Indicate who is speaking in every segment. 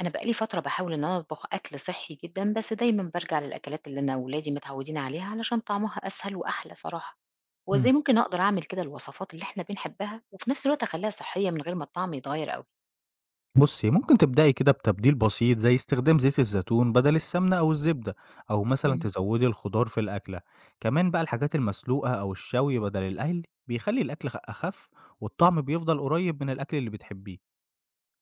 Speaker 1: أنا بقى لي فترة باحاول إن أنا أطبخ أكل صحّي جدًا، بس دايمًا بارجع للأكلات اللي أنا ولادي متعودين عليها علشان طعمها أسهل وأحلى صراحة. هو
Speaker 2: إمم.
Speaker 1: إزاي ممكن أقدر أعمل كده الوصفات اللي إحنا بنحبها وفي نفس الوقت أخلّيها صحّية من غير ما الطعم يتغيّر أوي؟
Speaker 2: بُصّي، ممكن تبدئي كده بتبديل بسيط زي استخدام زيت الزيتون بدل السمنة أو الزبدة، أو مثلًا
Speaker 1: إمم.
Speaker 2: تزوّدي الخضار في الأكلة. كمان بقى الحاجات المسلوقة أو الشوي بدل القلي بيخلّي الأكل أخف والطعم بيفضل قريب من الأكل اللي بتحبيه.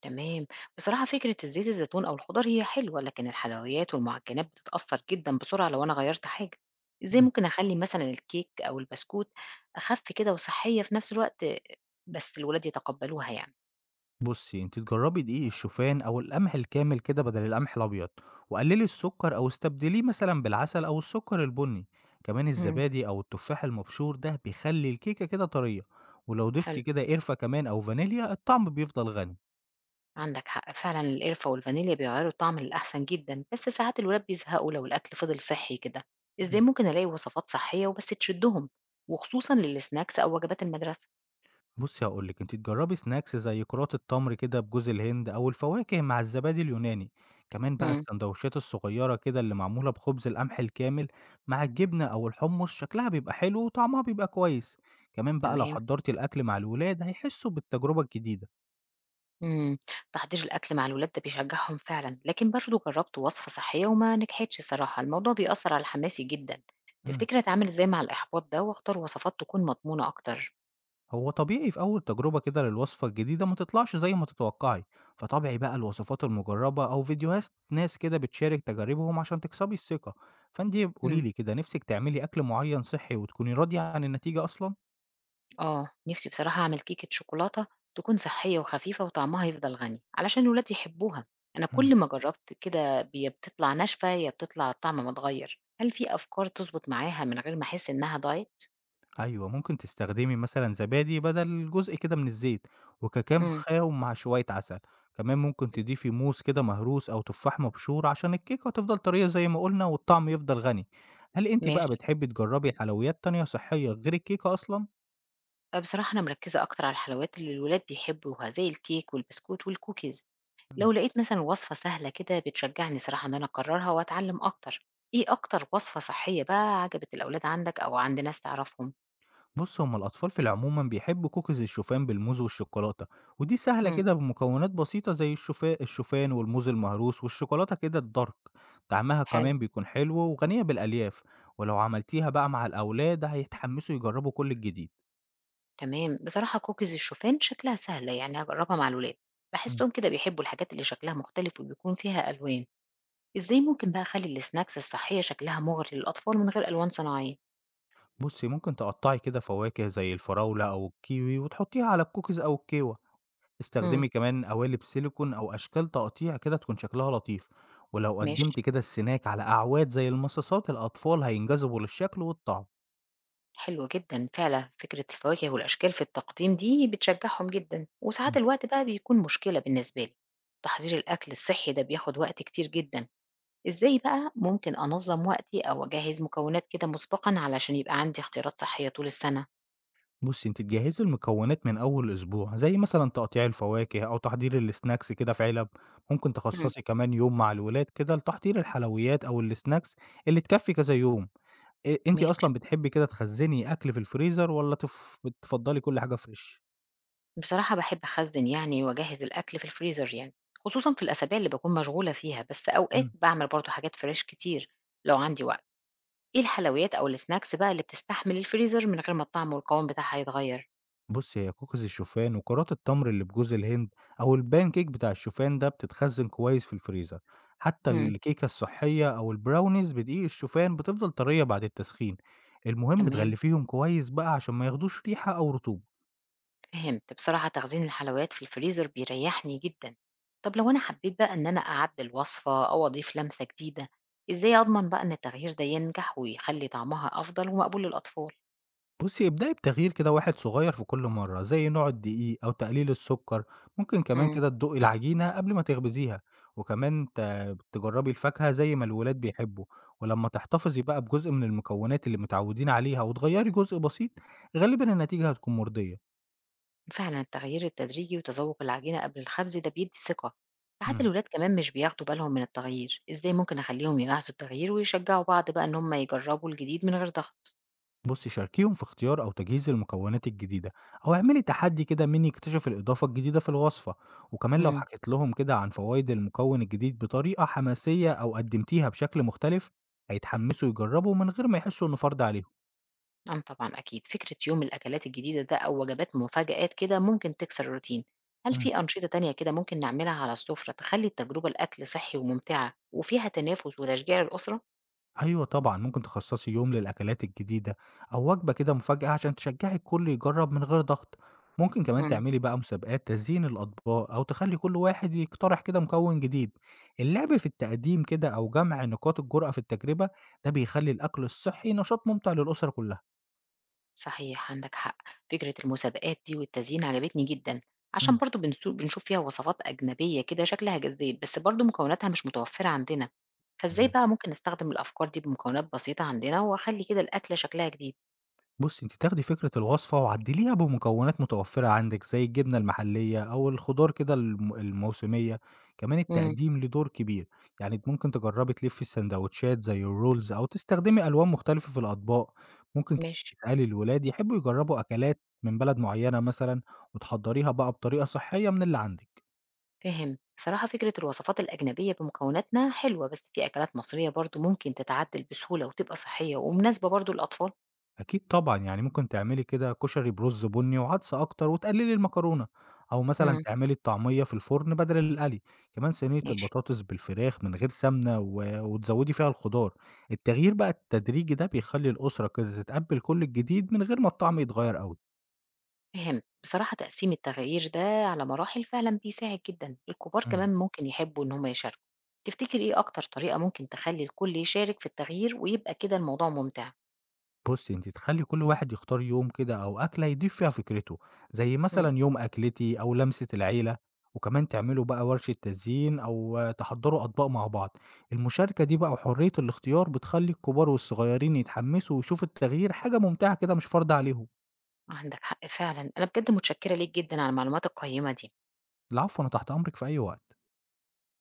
Speaker 1: تمام، بصراحة فكرة زيت الزيتون أو الخضار هي حلوة، لكن الحلويات والمعجنات بتتأثّر جدًا بسرعة لو أنا غيّرت حاجة. إزاي
Speaker 2: إمم.
Speaker 1: ممكن أخلّي مثلًا الكيك أو البسكوت أخَف كده وصحّية في نفس الوقت بس الولاد يتقبّلوها يعني؟
Speaker 2: بُصّي، أنتِ تجرّبي دقيق الشوفان أو القمح الكامل كده بدل القمح الأبيض، وقلّلي السكر أو استبدليه مثلًا بالعسل أو السكر البني، كمان
Speaker 1: إمم.
Speaker 2: الزبادي أو التفاح المبشور ده بيخلّي الكيكة كده طريّة، ولو ضفتِ
Speaker 1: حلو.
Speaker 2: كده قرفة كمان أو فانيليا الطعم بيفضل غني.
Speaker 1: عندك حق فعلا، القرفة والفانيليا بيغيروا الطعم للأحسن جدا، بس ساعات الولاد بيزهقوا لو الأكل فضل صحي كده. إزاي ممكن ألاقي وصفات صحية وبس تشدهم، وخصوصا للسناكس أو وجبات المدرسة؟
Speaker 2: بُصّي هاقول لِك، أنتِ تجرّبي سناكس زي كرات التمر كده بجوز الهند أو الفواكه مع الزبادي اليوناني، كمان بقى
Speaker 1: امم.
Speaker 2: السندوتشات الصغيّرة كده اللي معمولة بخبز القمح الكامل مع الجبنة أو الحمص شكلها بيبقى حلو وطعمها بيبقى كويس، كمان بقى لو
Speaker 1: تمام.
Speaker 2: حضّرتِ الأكل مع الولاد هيحسّوا بالتجربة الجديدة.
Speaker 1: امم. تحضير الأكل مع الولاد ده بيشجعهم فعلا، لكن برضه جربت وصفة صحية وما نجحتش، صراحة الموضوع بيأثر على حماسي جدا.
Speaker 2: إمم.
Speaker 1: تفتكر أتعامل إزاي مع الإحباط ده وأختار وصفات تكون مضمونة أكتر؟
Speaker 2: هو طبيعي في أول تجربة كده للوصفة الجديدة ما تطلعش زي ما تتوقعي، فطبيعي بقى الوصفات المجربة أو فيديوهات ناس كده بتشارك تجاربهم عشان تكسبي الثقة. فأنتي قوليلي كده نفسك تعملي أكل معين صحي وتكوني راضية عن النتيجة أصلا؟
Speaker 1: آه، نفسي بصراحة أعمل كيكة شوكولاتة تكون صحية وخفيفة وطعمها يفضل غني علشان ولادي يحبوها. أنا كل ما جربت كده يا بتطلع ناشفة يا بتطلع الطعم متغير. هل في أفكار تظبط معاها من غير ما أحس إنها دايت؟
Speaker 2: أيوه، ممكن تستخدمي مثلًا زبادي بدل جزء كده من الزيت، وكاكاو
Speaker 1: امم.
Speaker 2: خام مع شوية عسل، كمان ممكن تضيفي موز كده مهروس أو تفاح مبشور عشان الكيكة تفضل طرية زي ما قُلنا والطعم يفضل غني. هل أنتِ بقى
Speaker 1: ماشي.
Speaker 2: بتحبي تجرّبي حلويات تانية صحية غير الكيكة أصلًا؟
Speaker 1: أه، بصراحة أنا مركزة أكتر على الحلويات اللي الولاد بيحبوها زي الكيك والبسكوت والكوكيز. لو لقيت مثلا وصفة سهلة كده بتشجعني صراحة إن أنا أكررها وأتعلم أكتر. إيه أكتر وصفة صحية بقى عجبت الأولاد عندك أو عند ناس تعرفهم؟
Speaker 2: بص هما الأطفال في العموم بيحبوا كوكيز الشوفان بالموز والشوكولاتة، ودي سهلة
Speaker 1: امم.
Speaker 2: كده بمكونات بسيطة زي الشوفان والموز المهروس والشوكولاتة كده الدارك. طعمها
Speaker 1: حلو.
Speaker 2: كمان بيكون حلو وغنية بالألياف، ولو عملتيها بقى مع الأولاد هيتحمسوا يجربوا كل الجديد.
Speaker 1: تمام، بصراحة كوكيز الشوفان شكلها سهلة يعني، هجربها مع الولاد.
Speaker 2: مم.
Speaker 1: بحسهم كده بيحبوا الحاجات اللي شكلها مختلف وبيكون فيها ألوان. ازاي ممكن بقى اخلي السناكس الصحية شكلها مغري للأطفال من غير ألوان صناعية؟
Speaker 2: بصي ممكن تقطعي كده فواكه زي الفراولة أو الكيوي وتحطيها على الكوكيز أو الكيوة.
Speaker 1: امم.
Speaker 2: استخدمي كمان قوالب سيليكون أو أشكال تقطيع كده تكون شكلها لطيف، ولو
Speaker 1: ماشي.
Speaker 2: قدمتي كده السناك على أعواد زي المصاصات الأطفال هينجذبوا للشكل والطعم.
Speaker 1: حلو جدا، فعلا فكرة الفواكه والأشكال في التقديم دي بتشجعهم جدا. وساعات
Speaker 2: مم.
Speaker 1: الوقت بقى بيكون مشكلة بالنسبة لي. تحضير الأكل الصحي ده بياخد وقت كتير جدا. ازاي بقى ممكن أنظم وقتي أو أجهز مكونات كده مسبقا علشان يبقى عندي اختيارات صحية طول السنة؟
Speaker 2: بصي انت تجهزي المكونات من اول اسبوع زي مثلا تقطيع الفواكه او تحضير السناكس كده في علب. ممكن
Speaker 1: امم.
Speaker 2: تخصصي كمان يوم مع الولاد كده لتحضير الحلويات او السناكس اللي تكفي كذا يوم. إيه، انت
Speaker 1: ماشي.
Speaker 2: اصلا بتحبي كده تخزني اكل في الفريزر ولا بتفضلي كل حاجة فريش؟
Speaker 1: بصراحة باحب أخزّن يعني وأجهّز الأكل في الفريزر يعني، خصوصًا في الأسابيع اللي باكون مشغولة فيها، بس أوقات
Speaker 2: مم.
Speaker 1: باعمل برضه حاجات فريش كتير لو عندي وقت. إيه الحلويات أو الsnacks بقى اللي بتستحمل الفريزر من غير ما الطعم والقوام بتاعها يتغيّر؟
Speaker 2: بُصّي، هي كوكيز الشوفان وكرات التمر اللي بجوز الهند أو البان كيك بتاع الشوفان ده بتتخزّن كويس في الفريزر، حتى
Speaker 1: إمم.
Speaker 2: الكيكة الصحّية أو البراونيز بدقيق الشوفان بتفضل طريّة بعد التسخين، المهم
Speaker 1: تمام،
Speaker 2: تغلّفيهم كويس بقى عشان ما ياخدوش ريحة أو رطوبة.
Speaker 1: فهمت. بصراحة تخزين الحلويات في الفريزر بيريحني جدًا. طب لو أنا حبيت بقى إن أنا أعدّل وصفة أو أضيف لمسة جديدة، إزاي أضمن بقى إن التغيير ده ينجح ويخلّي طعمها أفضل ومقبول للأطفال؟
Speaker 2: بُصّي، ابدئي بتغيير كده واحد صغير في كل مرّة، زي نوع الدقيق أو تقليل السُكّر، ممكن كمان
Speaker 1: إمم.
Speaker 2: كده تدوقي العجينة قبل ما تخبزيها، وكمان ت تجرّبي الفاكهة زي ما الولاد بيحبّوا، ولمّا تحتفظي بقى بجزء من المكونات اللي متعوّدين عليها وتغيّري جزء بسيط، غالبًا النتيجة هتكون مُرضية.
Speaker 1: فعلا التغيير التدريجي وتذوق العجينة قبل الخبز ده بيدي ثقة. ساعات
Speaker 2: إمم.
Speaker 1: الولاد كمان مش بياخدوا بالهم من التغيير. ازاي ممكن اخليهم يلاحظوا التغيير ويشجعوا بعض بقى ان هم يجربوا الجديد من غير ضغط؟
Speaker 2: بصي شاركيهم في اختيار أو تجهيز المكونات الجديدة، أو اعملي تحدي كده مين يكتشف الإضافة الجديدة في الوصفة. وكمان لو
Speaker 1: امم.
Speaker 2: حكيت لهم كده عن فوائد المكون الجديد بطريقة حماسية أو قدمتيها بشكل مختلف هيتحمسوا يجربوا من غير ما يحسوا إنه فرض عليهم.
Speaker 1: أم، طبعا اكيد فكرة يوم الاكلات الجديدة ده او وجبات مفاجآت كده ممكن تكسر الروتين. هل
Speaker 2: مم.
Speaker 1: في أنشطة تانية كده ممكن نعملها على السفرة تخلي التجربة الأكل صحي وممتعة وفيها تنافس وتشجيع الأسرة؟
Speaker 2: أيوه طبعًا، ممكن تخصّصي يوم للأكلات الجديدة أو وجبة كده مفاجأة عشان تشجّعي الكل يجرّب من غير ضغط. ممكن كمان
Speaker 1: مم.
Speaker 2: تعملي بقى مسابقات تزيين الأطباق أو تخلّي كل واحد يقترح كده مكوِّن جديد. اللعب في التقديم كده أو جمع نقاط الجرأة في التجربة، ده بيخلّي الأكل الصحّي نشاط ممتع للأسرة كلّها.
Speaker 1: صحيح، عندك حق. فكرة المسابقات دي والتزيين عجبتني جدا، عشان
Speaker 2: إمم.
Speaker 1: برضو بنشوف فيها وصفات أجنبية كده شكلها جذاب، بس برضو مكوناتها مش متوفرة عندنا. فازاي
Speaker 2: أيوه.
Speaker 1: بقى ممكن نستخدم الأفكار دي بمكونات بسيطة عندنا وأخلي كده الأكلة شكلها جديد؟
Speaker 2: بُصّي، أنتِ تاخدي فكرة الوصفة وعدّليها بمكونات متوفرة عندِك، زي الجبنة المحلية أو الخضار كده الموسمية، كمان
Speaker 1: امم.
Speaker 2: التقديم ليه دور كبير، يعني ممكن تجرّبي تلفّي الساندوتشات زي الرولز أو تستخدمي ألوان مختلفة في الأطباق، ممكن كمان
Speaker 1: ماشي.
Speaker 2: تسألي الولاد يحبّوا يجرّبوا أكلات من بلد معيّنة مثلًا وتحضّريها بقى بطريقة صحّية من اللي عندِك.
Speaker 1: فهم، بصراحة فكرة الوصفات الأجنبية بمكوناتنا حلوة، بس في أكلات مصرية برضو ممكن تتعدل بسهولة وتبقى صحية ومناسبة برضو للأطفال.
Speaker 2: أكيد طبعًا، يعني ممكن تعملي كده كشري برُز بُني وعدس أكتر وتقللي المكرونة، أو مثلًا
Speaker 1: امم.
Speaker 2: تعملي الطعمية في الفرن بدل القلي، كمان صينية
Speaker 1: ماشي.
Speaker 2: البطاطس بالفراخ من غير سمنة وتزوّدي فيها الخضار، التغيير بقى التدريجي ده بيخلّي الأسرة كده تتقبّل كل الجديد من غير ما الطعم يتغيّر أوي.
Speaker 1: فهمت. بصراحة تقسيم التغيير ده على مراحل فعلا بيساعد جدا. الكبار
Speaker 2: إمم.
Speaker 1: كمان ممكن يحبوا إن هم يشاركوا. تفتكر إيه أكتر طريقة ممكن تخلي الكل يشارك في التغيير ويبقى كده الموضوع ممتع؟
Speaker 2: بُصّي، أنتِ تخلّي كل واحد يختار يوم كده أو أكلة يضيف فيها فكرته، زي
Speaker 1: مم.
Speaker 2: مثلًا يوم أكلتي أو لمسة العيلة، وكمان تعملوا بقى ورشة تزيين أو تحضّروا أطباق مع بعض، المشاركة دي بقى وحرية الاختيار بتخلّي الكبار والصغيرين يتحمّسوا ويشوفوا التغيير حاجة ممتعة كده مش فرض عليهم.
Speaker 1: عندك حق فعلا، أنا بجد متشكرة ليك جدا على المعلومات القيمة دي.
Speaker 2: العفو، أنا تحت أمرِك في أي وقت.